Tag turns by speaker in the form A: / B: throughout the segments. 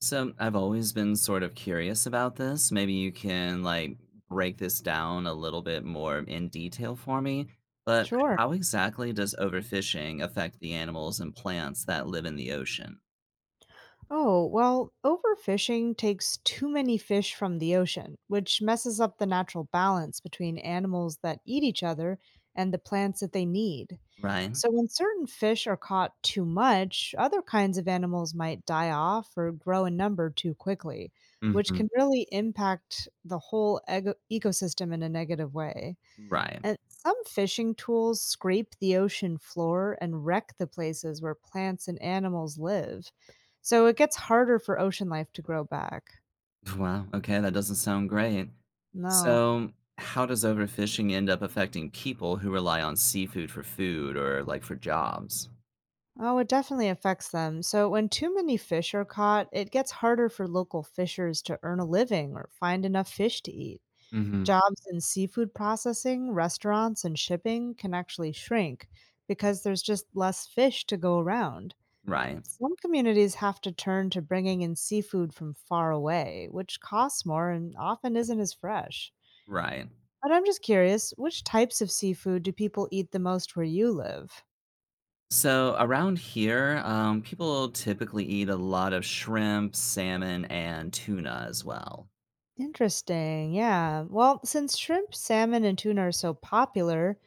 A: So I've always been sort of curious about this. Maybe you can like break this down a little bit more in detail for me. But
B: Sure.
A: how exactly does overfishing affect the animals and plants that live in the ocean?
B: Oh, well, overfishing takes too many fish from the ocean, which messes up the natural balance between animals that eat each other and the plants that they need.
A: Right?
B: So, when certain fish are caught too much, other kinds of animals might die off or grow in number too quickly, which
A: Hmm.
B: can really impact the whole ecosystem in a negative way.
A: Right.
B: And some fishing tools scrape the ocean floor and wreck the places where plants and animals live. So it gets harder for ocean life to grow back.
A: Wow. Okay, that doesn't sound great.
B: No.
A: So how does overfishing end up affecting people who rely on seafood for food or like for jobs?
B: Oh, it definitely affects them. So when too many fish are caught, it gets harder for local fishers to earn a living or find enough fish to eat.
A: Hmm.
B: Jobs in seafood processing, restaurants, and shipping can actually shrink because there's just less fish to go around.
A: Right.
B: Some communities have to turn to bringing in seafood from far away, which costs more and often isn't as fresh.
A: Right.
B: But I'm just curious, which types of seafood do people eat the most where you live?
A: So around here, people typically eat a lot of shrimp, salmon, and tuna as well.
B: Interesting. Yeah. Well, since shrimp, salmon, and tuna are so popular,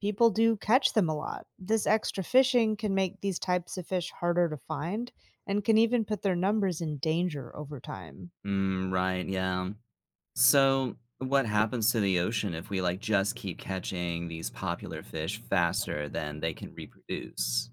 B: people do catch them a lot. This extra fishing can make these types of fish harder to find and can even put their numbers in danger over time.
A: Mm, right, yeah. So what happens to the ocean if we like just keep catching these popular fish faster than they can reproduce?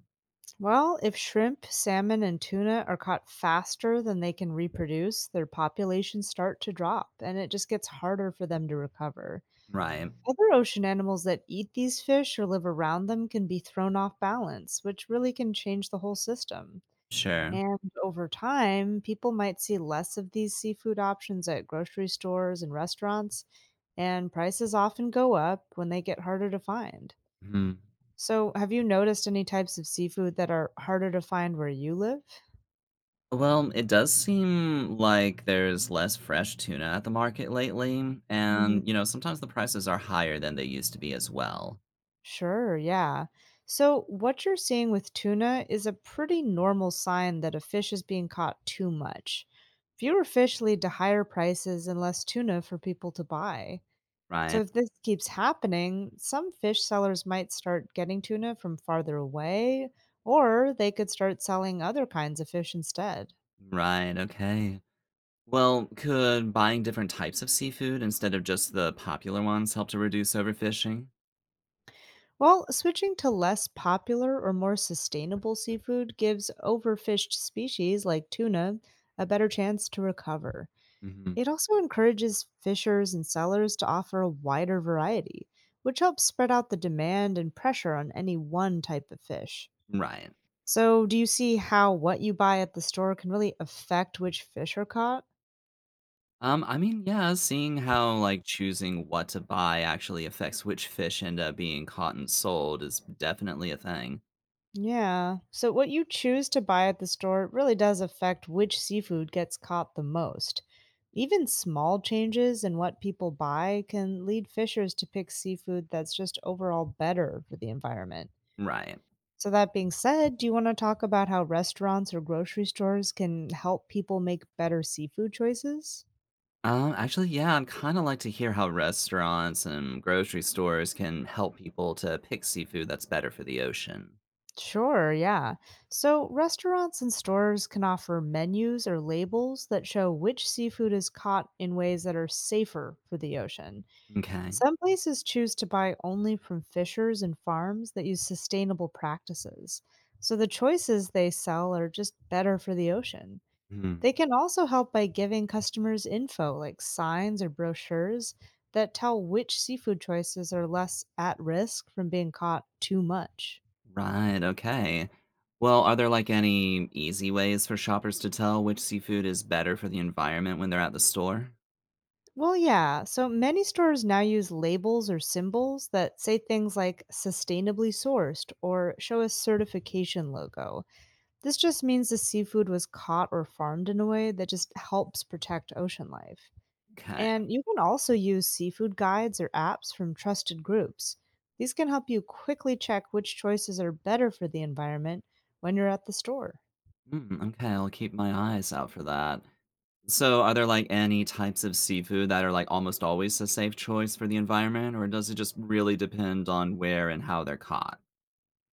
B: Well, if shrimp, salmon, and tuna are caught faster than they can reproduce, their populations start to drop and it just gets harder for them to recover.
A: Right,
B: Other ocean animals that eat these fish or live around them can be thrown off balance, which really can change the whole system.
A: sure.
B: And over time, people might see less of these seafood options at grocery stores and restaurants, and prices often go up when they get harder to find.
A: Hmm.
B: So, have you noticed any types of seafood that are harder to find where you live?
A: Well, it does seem like there's less fresh tuna at the market lately,
B: Mhm.
A: and sometimes the prices are higher than they used to be as well.
B: Sure, yeah. So, what you're seeing with tuna is a pretty normal sign that a fish is being caught too much. Fewer fish lead to higher prices and less tuna for people to buy. So,
A: Right.
B: if this keeps happening, some fish sellers might start getting tuna from farther away, or they could start selling other kinds of fish instead.
A: Right, okay. Well, could buying different types of seafood instead of just the popular ones help to reduce overfishing?
B: Well, switching to less popular or more sustainable seafood gives overfished species like tuna a better chance to recover.
A: Hmm.
B: It also encourages fishers and sellers to offer a wider variety, which helps spread out the demand and pressure on any one type of fish.
A: Right.
B: So, do you see how what you buy at the store can really affect which fish are caught?
A: I mean, yeah, seeing how like choosing what to buy actually affects which fish end up being caught and sold is definitely a thing.
B: Yeah. So, what you choose to buy at the store really does affect which seafood gets caught the most. Even small changes in what people buy can lead fishers to pick seafood that's just overall better for the environment.
A: Right.
B: So, that being said, do you want to talk about how restaurants or grocery stores can help people make better seafood choices?
A: Actually, yeah, I'd kind of like to hear how restaurants and grocery stores can help people to pick seafood that's better for the ocean.
B: Sure, yeah. So, restaurants and stores can offer menus or labels that show which seafood is caught in ways that are safer for the ocean.
A: Okay.
B: Some places choose to buy only from fishers and farms that use sustainable practices. So, the choices they sell are just better for the ocean. They can also help by giving customers info like signs or brochures that tell which seafood choices are less at risk from being caught too much.
A: Right, okay. Well, are there like any easy ways for shoppers to tell which seafood is better for the environment when they're at the store?
B: Well, yeah, so many stores now use labels or symbols that say things like sustainably sourced or show a certification logo. This just means the seafood was caught or farmed in a way that just helps protect ocean life.
A: Okay.
B: And you can also use seafood guides or apps from trusted groups. These can help you quickly check which choices are better for the environment when you're at the store.
A: Mm, okay, I'll keep my eyes out for that. So, are there like any types of seafood that are like almost always a safe choice for the environment, or does it just really depend on where and how they're caught?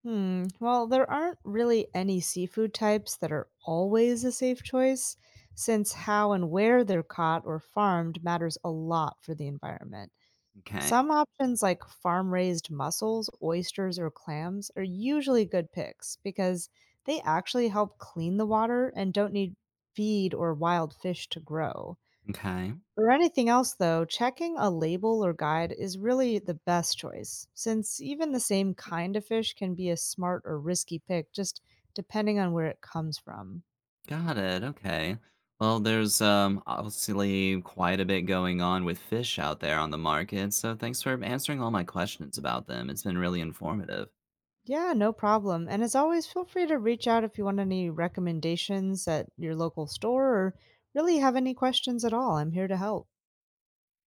B: Hmm, well, there aren't really any seafood types that are always a safe choice, since how and where they're caught or farmed matters a lot for the environment.
A: Okay.
B: Some options like farm raised mussels, oysters, or clams are usually good picks because they actually help clean the water and don't need feed or wild fish to grow.
A: Okay.
B: For anything else, though, checking a label or guide is really the best choice, since even the same kind of fish can be a smart or risky pick just depending on where it comes from.
A: Got it. Okay. Well, there's obviously quite a bit going on with fish out there on the market, so thanks for answering all my questions about them. It's been really informative.
B: Yeah, no problem. And as always, feel free to reach out if you want any recommendations at your local store or really have any questions at all. I'm here to help.